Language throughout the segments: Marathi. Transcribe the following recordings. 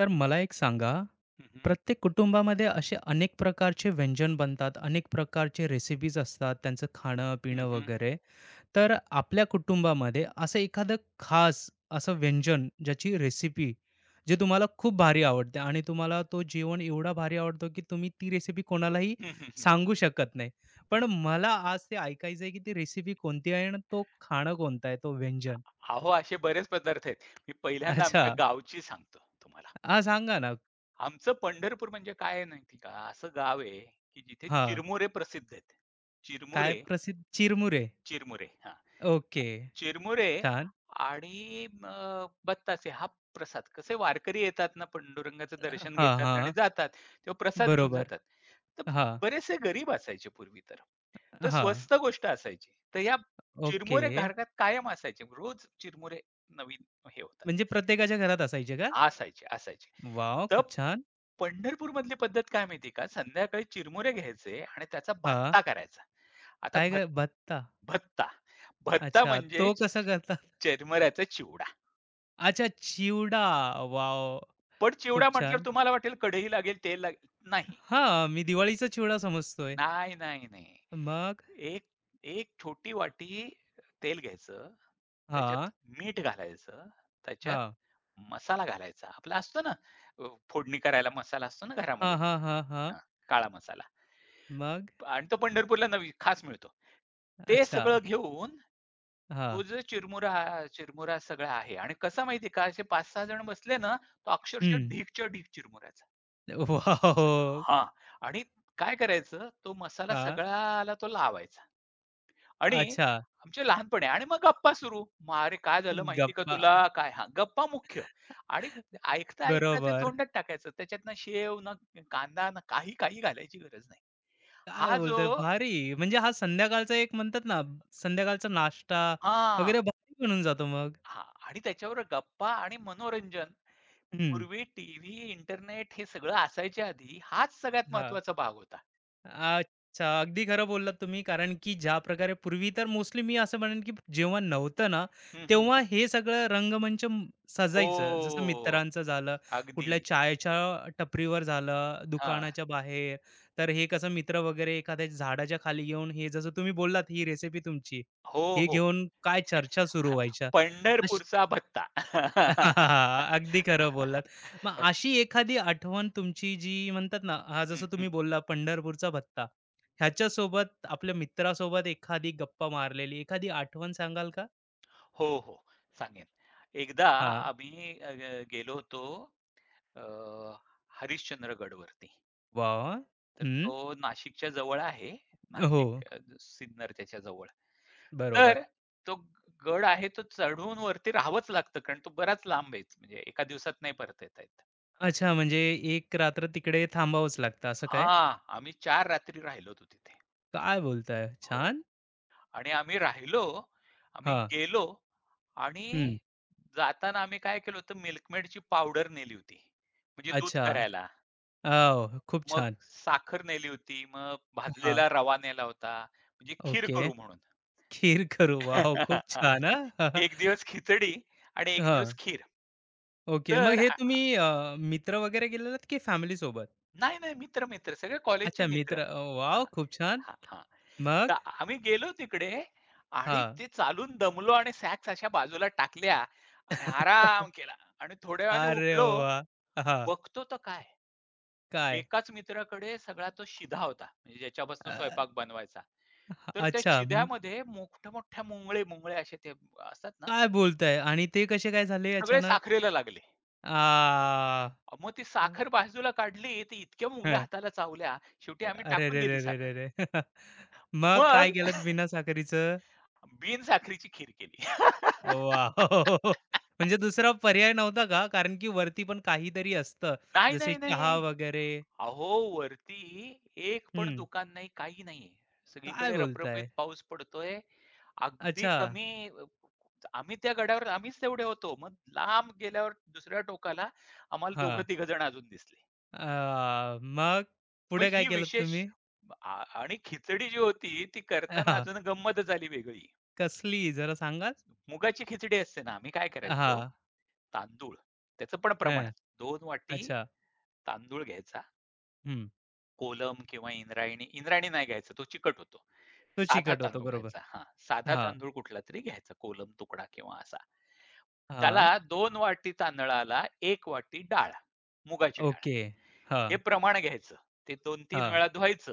तर मला एक सांगा, हं, हं. प्रत्येक कुटुंबामध्ये असे अनेक प्रकारचे व्यंजन बनतात, अनेक प्रकारचे रेसिपीज असतात, त्यांचं हं, खाणं-पिणं हं. वगैरे. तर आपल्या कुटुंबामध्ये असं एखादं खास असं व्यंजन, ज्याची रेसिपी जे तुम्हाला खूप भारी आवडते आणि तुम्हाला तो जेवण एवढा भारी आवडतो, की तुम्ही ती रेसिपी कोणालाही हं, हं, हं. सांगू शकत नाही. पण मला आज ते ऐकायचं आहे, की ती रेसिपी कोणती आहे आणि तो खाणं कोणता आहे, तो व्यंजन? अहो, असे बरेच पदार्थ आहेत. मी पहिल्यांदा अच्छा. आमच्या गावची सांगतो तुम्हाला. हां, सांगा ना. आमचं पंढरपूर म्हणजे काय आहे माहिती का? असं गाव आहे, की जिथे हां. चिरमुरे प्रसिद्ध आहेत. काय चिरमुरे, प्रसिद्ध चिरमुरे. चिरमुरे हां. ओके. चिरमुरे छान. आणि बत्तासे हा प्रसाद. कसे वारकरी येतात ना, पांडुरंगाचं दर्शन हां, घेतात आणि हां. जातात. तेव्हा प्रसाद घेऊन बरोबर. जातात. तर हां, बरेचसे गरीब असायचे पूर्वी तर. तर हां. स्वस्त गोष्ट असायची. तर या ओके. चिरमुरे घरात कायम असायचे. रोज चिरमुरे नवीन हे होतात. म्हणजे प्रत्येकाच्या घरात असायचे का? असायचे, असायचे. वॉव! तर खूप छान. पंढरपूरमधली पद्धत काय माहिती आहे का? संध्याकाळी चिरमुरे घ्यायचे आणि त्याचा हां. भत्ता करायचा. आता काय काय भत्ता? भत्ता. भत्ता अच्छा. म्हणजे तो कसा करतात? चिरमुऱ्याचा चिवडा. अच्छा चिवडा. वॉव! पण चिवडा खूप म्हटल्यावर छान. तुम्हाला वाटेल कढई लागेल, तेल लागेल. नाही, हां, मी दिवाळीचा चिवडा समजतोय. नाही, नाही, नाही. मग? एक एक छोटी वाटी तेल घ्यायचं, त्याच्यात हां, मीठ घालायचं, त्याच्यात हां. मसाला घालायचा. आपला असतो ना, अ, फोडणी करायला मसाला असतो ना हां, घरामध्ये. हां, हां, हां. हां, काळा मसाला मग? आणि तो पंढरपूरला नवी खास मिळतो. ते अच्छा. सगळं घेऊन हां. तो जो चिरमुरा चिरमुरा सगळा आहे आणि कसा माहिती आहे का, असे 5-6 जण बसले ना, तो अक्षरशः हं. ढीगच्या ढीग चिरमुऱ्याचा. वॉव! हां आणि काय करायचं, तो मसाला हां. सगळ्याला तो लावायचा. आणि अच्छा. आमचे लहानपणी आणि मग गप्पा सुरू. "मग अरे काय झालं माहिती का गप्पा. तुला?" काय हां, गप्पा मुख्य आणि ऐकता-ऐकता ते बरोबर. तोंडात टाकायचं. त्याच्यात ना शेव, ना कांदा, ना काही काही घालायची गरज नाही. काय हा जो बोलताय? भारी. म्हणजे हा संध्याकाळचा एक म्हणतात ना, संध्याकाळचा नाश्ता हां, वगैरे भारी बनून जातो मग. हां आणि त्याच्यावर गप्पा आणि मनोरंजन. हं. पूर्वी टीव्ही, इंटरनेट हे सगळं असायच्या आधी हाच सगळ्यात हां. महत्वाचा भाग होता. अच्छा. अगदी खरं बोललात तुम्ही कारण की ज्या प्रकारे पूर्वी तर मोस्टली मी असं म्हणेन की जेव्हा नव्हतं ना, हं, हं. तेव्हा हे सगळं रंगमंच सजायचं. जसं हो. मित्रांचं झालं, अगदी. कुठल्या चायच्या टपरीवर झालं, हां. दुकानाच्या बाहेर. तर हे कसं मित्र वगैरे एखाद्या झाडाच्या खाली येऊन हे जसं तुम्ही बोललात ही रेसिपी तुमची, हो, हे हो. घेऊन काय चर्चा सुरू हां. व्हायच्या. पंढरपूरचा भत्ता. अगदी खरं बोललात. मग अशी एखादी आठवण तुमची जी म्हणतात ना, हा हं, जसं हं. तुम्ही बोलला पंढरपूरचा भत्ता, ह्याच्यासोबत आपल्या मित्रासोबत एखादी गप्पा मारलेली एखादी आठवण सांगाल का? हो, हो. सांगेन. एकदा हां. आम्ही अ, ग गेलो होतो अ, हरिश्चंद्रगडवरती. वाह! तर हं. तो नाशिकच्या जवळ आहे. हो. नाशिक, सिन्नर त्याच्या जवळ. तर बरोबर. तो गड आहे तो चढून वरती राहावंच लागतं, कारण तो बराच लांब आहे. म्हणजे एका दिवसात नाही परत येता येत. अच्छा, म्हणजे एक रात्र तिकडे थांबावंच लागतं असं काय? हां, आम्ही चार रात्री राहिलो होतो तिथे. काय बोलताय? हो. छान. आणि आम्ही राहिलो, आम्ही हां. गेलो आणि हं. जाताना आम्ही काय केलं होतं, मिल्कमेडची पावडर नेली होती. म्हणजे दूध अच्छा. करायला. हो. खूप मग छान. साखर नेली होती. मग हां. भाजलेला रवा नेला होता. म्हणजे खीर ओके. करू म्हणून. खीर खरू. वॉव! खूप छान हां. एक दिवस खिचडी आणि एक हां. दिवस खीर. ओके. मग तर हे आ तुम्ही मित्र वगैरे गेलेलात की फॅमिलीसोबत? नाही, नाही. मित्र-मित्र सगळे कॉलेजचे अच्छा मित्र. मित्र. हां, वॉव! खूप छान. हां, हां. तर मग? आम्ही गेलो तिकडे आणि हां. ते चालून दमलो आणि सॅक्स अशा बाजूला टाकल्या आणि आराम केला आणि थोड्या वेळाने अरे उठलो. वाह! हां. बघतो तर काय, काय? एकाच मित्राकडे सगळा तो शिधा होता. म्हणजे ज्याच्यापासून अ, स्वयंपाक बनवायचा. तर त्या अच्छा. मग शिध्यामध्ये मोठ्या-मोठ्या मुंगळे असे ते असतात ना, काय बोलताय? आणि ते कसे काय झाले सगळे अचानक? साखरेला लागले. आ, मग ती साखर बाजूला काढली, तर इतक्या मुंग्या हं. हाताला चावल्या, शेवटी आम्ही टाकून दिली साखर. अरेरेरेरेरे! मग मग काय केलंत बिना साखरेचं? बिनसाखरीची खीर केली. वॉव! म्हणजे दुसरा पर्याय नव्हता का? कारण की वरती पण काहीतरी असतं. नाही, जसे नाही, चहा नाही. वगैरे. अहो, वरती एक पण हं. दुकान नाही, काही नाहीये. काय सगळीकडे रपरपीत बोलताय? पाऊस पडतोय. अगदी अच्छा. कमी, आम्ही त्या गडावर आम्हीच तेवढे होतो. मग लांब गेल्यावर दुसऱ्या टोकाला आम्हाला हां. दोघं-तिघं जण अजून दिसले. अ, मग मग पुढे काय ही केलंत विशेष तुम्ही? आ आणि खिचडी जी होती ती करताना हां. अजून गंमतच आली वेगळी. कसली जरा सांगाल? मुगाची खिचडी असते ना, आम्ही काय करायचो, हां. तांदूळ, त्याचं पण प्रमाण हं. दोन वाटी अच्छा. तांदूळ घ्यायचा. हं. कोलम किंवा इंद्रायणी इंद्रायणी नाही घ्यायचा, तो चिकट होतो. तो साधा चिकट होतो. तांदूळ बरोबर. घ्यायचा हां, साधा हां, तांदूळ कुठलातरी घ्यायचा, कोलम तुकडा किंवा असा. त्याला हां. 2 वाटी तांदळाला 1 वाटी डाळ, मुगाची डाळ ओके. हे हां, प्रमाण घ्यायचं. ते 2-3 हां, वेळा धुवायचं.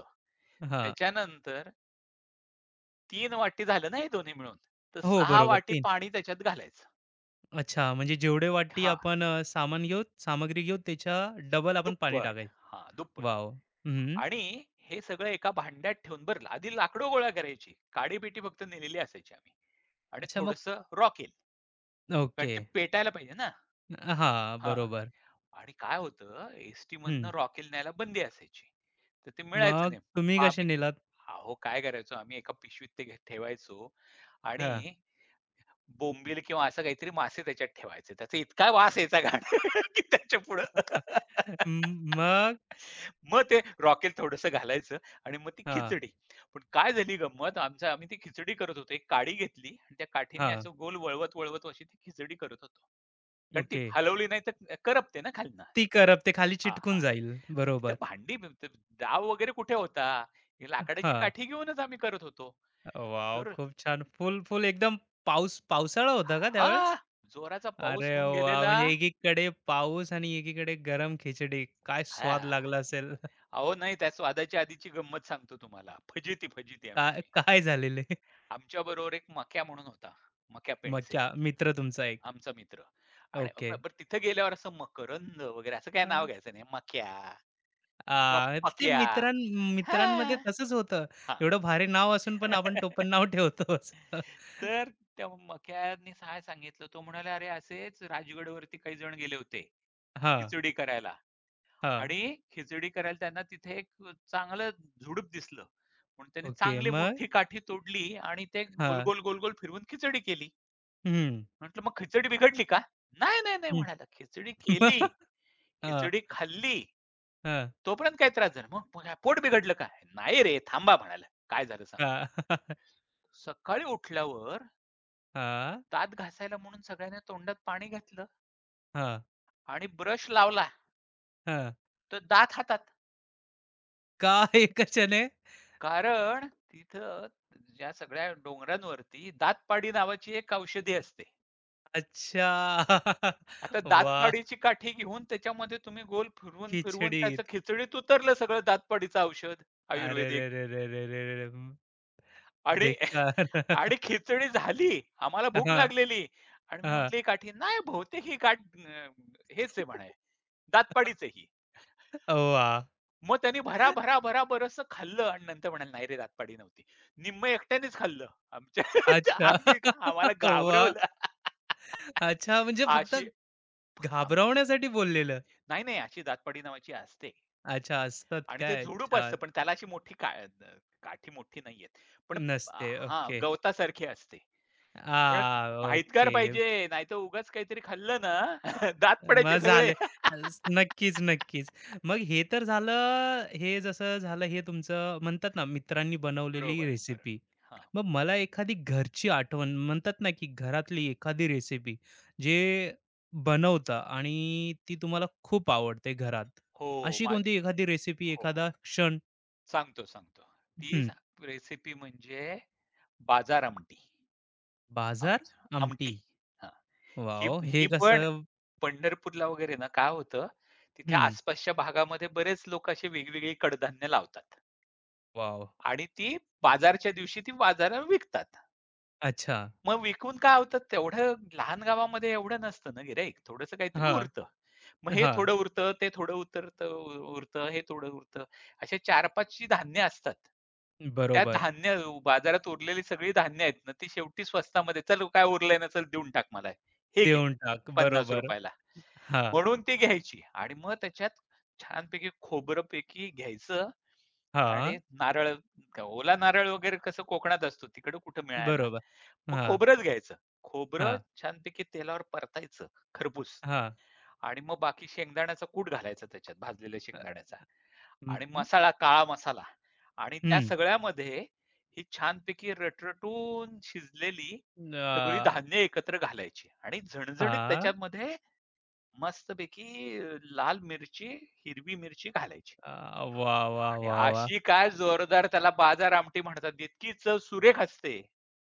हां. त्याच्यानंतर तीन वाटी झालं ना हे दोन्ही मिळून, तर हो, 6 बरोबर. वाटी तीन. पाणी त्याच्यात घालायचं. अच्छा. म्हणजे जेवढे वाटी हां, आपण सामान घेऊ, सामग्री घेऊ, त्याच्या डबल आपण पाणी दुप्पट. टाकायचं. हां, दुप्पट. वॉव! हं. आणि हे सगळं एका भांड्यात ठेवून, बरं आधी लाकडं गोळा करायची. काडी-पिटी फक्त नेलेली असायची आम्ही, आणि अच्छा मग थोडंसं रॉकेल, कारण ओके. ते पेटायला पाहिजे ना. हां, हां, बरोबर. आणि काय होतं एस-टीमधनं हं. रॉकेल न्यायला बंदी असायची. तर ते मिळायचं मग नाही. तुम्ही मग कसे आम्ही, नेलात? अहो, काय करायचो आम्ही, एका पिशवीत ते ठेवायचो हां. आणि बोंबील किंवा असं काहीतरी मासे त्याच्यात ठेवायचे. त्याचा इतका वास यायचा घाण की त्याच्यापुढं मग? मग ते रॉकेल थोडंसं घालायचं आणि मग ती हां. खिचडी. पण काय झाली गंमत, आमचं आम्ही ती खिचडी करत होतो. एक काडी घेतली आणि त्या काठीने हां, असं गोल वळवत, वळवत अशी ती खिचडी करत होतो. कारण ती ओके. हलवली नाही तर करपते ना खालनं. ती हां, करप ते खाली हां, चिटकून हां. जाईल. तिथं बरोबर. भांडी बी- ते डाव वगैरे कुठे होता? ही लाकडाची हां. काठी घेऊनच आम्ही करत होतो. वॉव! तर खूप छान. फुल, फुल एकदम पाऊस पावसाळा होता का हां, त्यावेळेस? जोराचा पाऊस अरे होऊन वाह! गेलेला. म्हणजे एकीकडे पाऊस आणि एकीकडे गरम खिचडी. काय स्वाद हां. लागला असेल? अहो, नाही, त्या स्वादाची आधीची गंमत सांगतो तुम्हाला. फजिती काय आमची. काय झालेले? आमच्याबरोबर एक मक्या म्हणून होता. मक्या मग पेंडसे क्या मित्र तुमचा एक. आमचा मित्र. आणि ओके. ब बरं तिथे गेल्यावर असं मकरंद वगैरे असं काही नाव हां. घ्यायचं नाही. मक्या, प ते पक्या मित्रांमध्ये हां, तसंच होतं. हां. एवढं भारी नाव असून पण आपण टोपण नाव ठेवतोच. तर त्या मक्याने काय सांगितलं, तो म्हणाला, "अरे असेच राजगडवरती काही जण गेले होते, हां, खिचडी करायला." हां. आणि खिचडी करायला त्यांना तिथे एक चांगलं झुडूप दिसलं. म्हणून त्यांनी ओके. चांगली मग? मोठी काठी तोडली आणि ते हां. गोल-गोल, गोल-गोल फिरवून खिचडी केली. हं, म्हटलं, "मग खिचडी बिघडली का?" "नाही, नाही, नाही," हं. म्हणाला. खिचडी केली, हां, खिचडी खाल्ली. हां, तोपर्यंत काही त्रास झाला. "मग मग काय पोट बिघडलं का?" "नाही रे, थांबा," म्हणाला. "काय झालं सांगतो." हां. सकाळी उठल्यावर हां, दात घासायला म्हणून सगळ्यांनी तोंडात पाणी घातलं हां, आणि ब्रश लावला, हां. तर दात हातात. काय कशाने? कारण तिथं ज्या सगळ्या डोंगरांवरती दातपाडी नावाची एक औषधी असते. अच्छा. आता वाह! दातपाडीची काठी घेऊन त्याच्यामध्ये तुम्ही गोल फिरवून-फिरवून त्याचं खिचडीत. खिचडीत उतरलं सगळं दातपाडीचं औषध, आयुर्वेदिक. अरेरेरेरेरेरे! आणि बेकार. आणि खिचडी झाली. आम्हाला भूक हां, लागलेली आणि मी हां. म्हटली, काठी. "नाही बहुतेक ही हेच आहे म्हणे, दातपाडीच आहे ही." वाह! मग त्यांनी भरा, भरा, भरा बरचसं खाल्लं आणि नंतर म्हणाले, "नाही रे दातपाडी नव्हती." निम्म एकट्यानेच खाल्लं. आमच्या अच्छा. आम्ही आम्हाला वाह! घाबरवलं. अच्छा, म्हणजे फक्त अशी हां. घाबरवण्यासाठी बोललेलं. नाही, नाही, अशी जात नावाची असते अच्छा, असतात आणि ते काय? झुडूप असतं, छान. पण त्याला अशी काठी मोठी नाहीयेत. पण नसते. हां, ओके. गवतासारखी असते. पण माहितगार ओके. पाहिजे, नाहीतर उगाच काहीतरी खाल्लं ना दात मग पडायचे सगळे. झाले. अस नक्कीच, नक्कीच. मग हे तर झालं, हे जसं झालं हे तुमचं म्हणतात ना मित्रांनी बनवलेली बरोबर, बरोबर. रेसिपी. हां. मग मला एखादी घरची आठवण म्हणतात ना, की घरातली एखादी रेसिपी जे बनवता आणि ती तुम्हाला खूप आवडते घरात. हो, अशी मा कोणती एखादी रेसिपी, हो, एखादा हो. क्षण? सांगतो, सांगतो. ती हं, रेसिपी म्हणजे बाजार आमटी. बाजार आमच- आमटी. आमटी. हां. ही वॉव! ही हे पण कसं? पंढरपूरला वगैरे ना काय होतं, तिथे हं, आसपासच्या भागामध्ये बरेच लोक अशी वेगवेगळी कडधान्य लावतात वॉव! आणि ती बाजारच्या दिवशी ती बाजारावर विकतात. अच्छा. मग विकून काय होतं, तेवढं लहान गावामध्ये एवढं नसतं ना गिऱ्हाईक. थोडंसं काहीतरी हां, उरतं. मग हे हां. थोडं उरतं, ते थोडं उतरतं उ उरतं, हे थोडं उरतं. असे 4-5 जी धान्य असतात. त्या बरोबर. धान्य बाजारात उरलेली सगळी धान्य आहेत ना, ती शेवटी स्वस्तामध्ये, "चल काय उरलंय ना, चल देऊन टाक मला. हे घे देऊन टाक. बरोबर. ₹50 ला." हां, म्हणून ती घ्यायची आणि मग त्याच्यात छानपैकी खोबरंपैकी घ्यायचं आणि हां. नारळ, ओला नारळ वगैरे कसं कोकणात असतो, तिकडे कुठे मिळायला. बरोबर. मग हां, खोबरंच घ्यायचं. खोबरं हां, छानपैकी तेलावर परतायचं खरपूस हां. आणि मग बाकी शेंगदाण्याचा कूट घालायचा त्याच्यात, भाजलेल्या अ, शेंगदाण्याचा, हं, आणि हं, मसाला, काळा मसाला. आणि त्या सगळ्यामध्ये ही छानपैकी रटरटून शिजलेली सगळी अ, धान्य एकत्र घालायची आणि झणझणीत हां. त्याच्यामध्ये मस्तपैकी, लाल मिरची, हिरवी मिरची घालायची. अ, वाह, वाह, आणि वाह, वाह! अशी काय जोरदार, त्याला बाजार आमटी म्हणतात. इतकी चव सुरेख असते.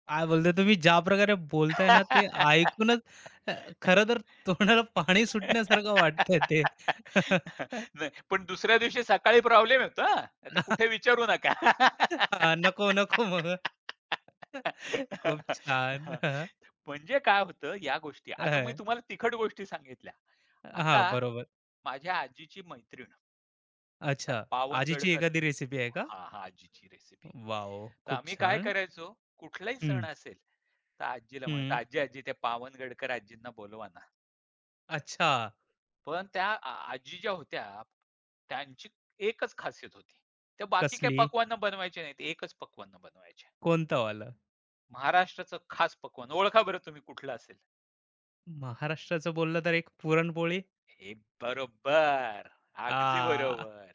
काय बोलताय तुम्ही ज्या प्रकारे बोलताय ना, ते ऐकूनच अ, खरं तर तोंडाला पाणी सुटण्यासारखं वाटतंय ते. नाही, पण दुसऱ्या दिवशी सकाळी प्रॉब्लेम येतो हां. आता कुठे विचारू नका. हां, नको, नको मग. खूप छान. हां, म्हणजे काय होतं या गोष्टी. आता मी हां. तुम्हाला तिखट गोष्टी सांगितल्या. हां, आता बरोबर. माझ्या आजीची मैत्रीण, त्या अच्छा. आजीची पावनगडकर. एखादी रेसिपी आहे का? हां, हां. आजीची रेसिपी. वॉव! तर खूप आम्ही काय छान. करायचो, कुठलाही सण हं, असेल, तर आजीला म्हणायचो, हं. "आजी-आजी त्या पावनगडकर आजींना बोलवा ना." अच्छा. पण त्या आ आजी ज्या होत्या, त्यांची एकच खासियत होती. त्या बाकी काही कसली? पक्वान्न बनवायचे नाहीत, एकच पक्वान्न बनवायच्या. कोणतंवालं? महाराष्ट्राचं खास पक्वान्न. ओळखा बरं तुम्ही कुठलं असेल? महाराष्ट्राचं बोललं तर एक पुरणपोळी. हे बरोबर. अगदी आह! बरोबर.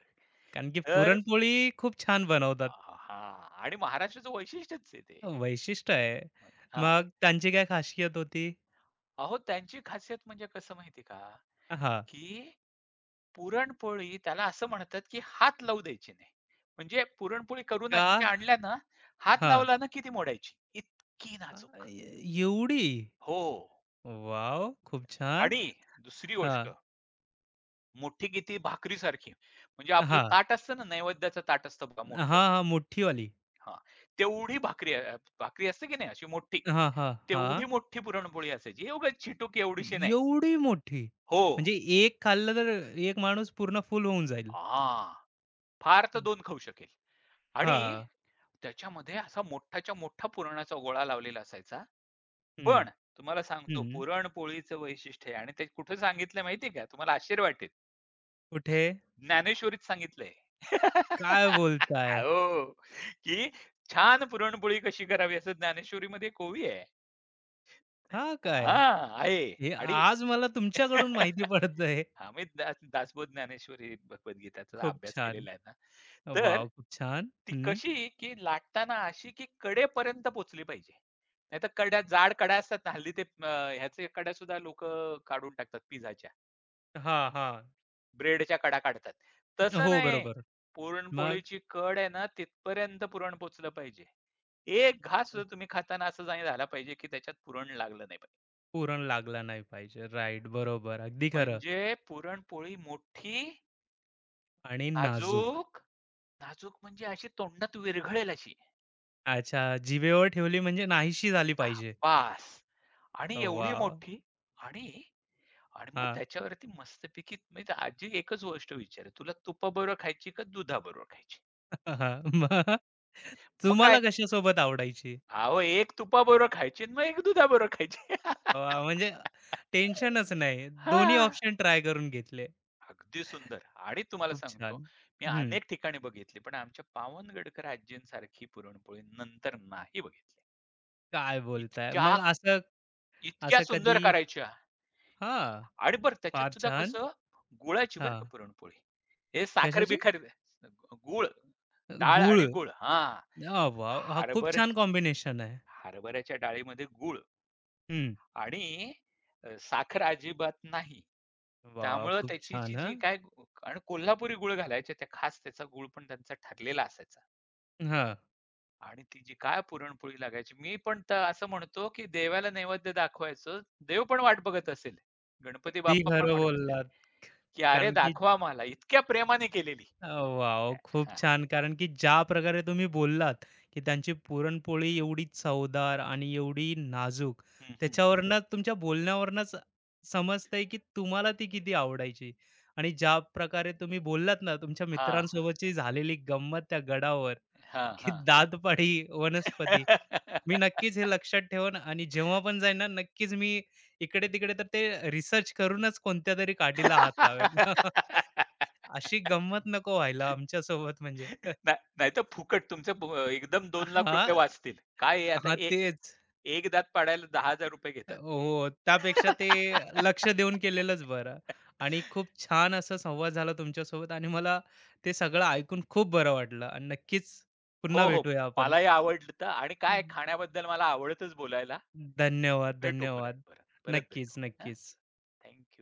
कारण की तर पुरणपोळी खूप छान बनवतात. हां. आणि महाराष्ट्राचं वैशिष्ट्यच आहे ते. वैशिष्ट्य आहे. मग हां. मग त्यांची काय खासियत होती? अहो, त्यांची खासियत म्हणजे कसं माहिती का, हां. की पुरणपोळी त्याला असं म्हणतात, की हात लावू द्यायची नाही. म्हणजे पुरणपोळी करून अशी त्या का? आणल्या ना, हात हां. लावला ना की ती मोडायची. इतकी नाजूक. ए एवढी? हो. वॉव! खूप छान. आणि दुसरी हां. गोष्ट, मोठी किती भाकरीसारखी. म्हणजे आपलं हां. ताट असतं ना, नैवेद्याचं ताट असतं बघा हां, मोठं. हां. मोठीवाली. हां. तेवढी भाकरी असते की नाही अशी मोठी, हां, हां, हां. तेवढी मोठी पुरणपोळी असायची. उगाच चिटूक एवढीशी नाही. एवढी मोठी? हो. म्हणजे एक खाल्लं तर एक माणूस पूर्ण फुल होऊन जाईल. हां. फार तर 2 खाऊ शकेल. आणि हां. त्याच्यामध्ये असा मोठाच्या मोठा पुरणाचा गोळा लावलेला असायचा. हं, पण तुम्हाला सांगतो, हं. पुरणपोळीचं वैशिष्ट्य आहे आणि ते कुठे सांगितलंय माहिती आहे का? तुम्हाला आश्चर्य वाटेल. कुठे? ज्ञानेश्वरीत सांगितलंय. काय बोलताय? हो, की छान पुरणपोळी कशी करावी असं ज्ञानेश्वरीमध्ये एक ओवी आहे. हां, काय? हां, आहे. हे आणि आज मला तुमच्याकडून माहिती पडत आहे. हां, मी दासबोध, ज्ञानेश्वरी, भगवद्गीताचा खूप अभ्यास छान. केलेला आहे ना. तर वॉव! खूप छान. ती हं. कशी, की लाटताना अशी की कडेपर्यंत पोहोचली पाहिजे. नाहीतर कड्या, जाड कड्या असतात ना, हल्ली ते, ह्याचे कड्यासुद्धा लोकं काढून टाकतात पिझाच्या. हां, हां. ब्रेडच्या कडा काढतात. तसं हो, नाही. बरोबर. मग पुरणपोळीची कड आहे ना, तिथपर्यंत पुरण पोहोचलं पाहिजे. एक घास अ, सुद्धा तुम्ही खाताना असं नाही झाला पाहिजे, की त्याच्यात पुरण लागलं नाही पाहिजे. पुरण लागला नाही पाहिजे. राइट, बरोबर. अगदी खरं म्हणजे पुरणपोळी मोठी, आणि नाजूक. नाजूक, नाजूक म्हणजे अशी तोंडात विरघळेल अशी. अच्छा, जिभेवर ठेवली म्हणजे नाहीशी झाली हां, पाहिजे. बास. आणि एवढी वॉव! मोठी. आणि आणि मग हां, त्याच्यावरती मस्तपैकी, म्हणजे आजी एकच गोष्ट विचारे, "तुला तुपाबरोबर खायची का दुधाबरोबर खायची?" हां. मग मग काय, तुम्हाला कशासोबत आवडायची? अहो, एक तुपाबरोबर खायची आणि मग एक दुधाबरोबर खायची. वॉव! म्हणजे टेन्शनच नाही. दोन्ही हां, ऑप्शन ट्राय करून घेतले. अगदी सुंदर. आणि तुम्हाला खूप सांगतो, छान. मी हं. अनेक ठिकाणी बघितली, पण आमच्या पावनगडकर आजींसारखी पुरणपोळी नंतर नाही बघितली. काय बोलताय? इतक्या मग असं इतक्या असं सुंदर कधी करायच्या. हां, आणि बरं त्याच्यात फार सुद्धा छान. कसं, गुळाची बरं हां, का पुरणपोळी. हे कशाची? साखर-बिखर, गूळ, डाळ गूळ. आणि गूळ हां. आह, वॉव! हा खूप हरभऱ्या छान कॉम्बिनेशन आहे. हरभऱ्याच्या डाळीमध्ये गूळ हं. आणि साखर अजिबात नाही. वाह! त्यामुळं खूप त्याची जी छान जी हां. काय गु- आणि कोल्हापुरी गूळ घालायचे त्या, खास त्याचा गूळ पण त्यांचा ठरलेला असायचा. हां, आणि ती जी काय पुरणपोळी लागायची. मी पण तर असं म्हणतो, की देवाला नैवेद्य दाखवायचं. देव पण वाट बघत असेल. गणपती अगदी बाप्पा पण खरं म्हणत असेल, बोललात. की "अरे कारण की दाखवा मला." इतक्या प्रेमाने केलेली. वाव खूप हां. छान. कारण की ज्या प्रकारे तुम्ही बोललात, की त्यांची पुरणपोळी एवढी चवदार आणि एवढी नाजूक, हं, हं, हं. त्याच्यावरनं तुमच्या बोलण्यावरूनच समजतंय, की तुम्हाला ती किती आवडायची. आणि ज्या प्रकारे तुम्ही बोललात ना, तुमच्या हां, मित्रांसोबतची झालेली गंमत त्या गडावर, हां, की हां. दातपाडी वनस्पती मी नक्कीच हे लक्षात ठेवेन आणि जेव्हा पण जाईन ना, नक्कीच मी इकडे-तिकडे तर ते रिसर्च करूनच कोणत्यातरी काठीला हात लावेन. अशी गंमत नको व्हायला आमच्यासोबत म्हणजे. नाही, नाहीतर फुकट तुमचे एकदम हां, ₹2,00,000 वाचतील. काय आहे आता हां, तेच. एक दात पाडायला ₹10,000 घेतात. हो, त्यापेक्षा ते लक्ष देऊन केलेलंच बरं. आणि खूप छान असा संवाद झाला तुमच्यासोबत आणि मला ते सगळं ऐकून खूप बरं वाटलं आणि नक्कीच पुन्हा हो, हो. भेटूया आपण. मलाही आवडतं आणि काय, हम्म. खाण्याबद्दल मला आवडतच बोलायला. धन्यवाद, भेटू परत, धन्यवाद. परत. परत नक्कीच, भेटू. हां. नक्कीच. Thank you.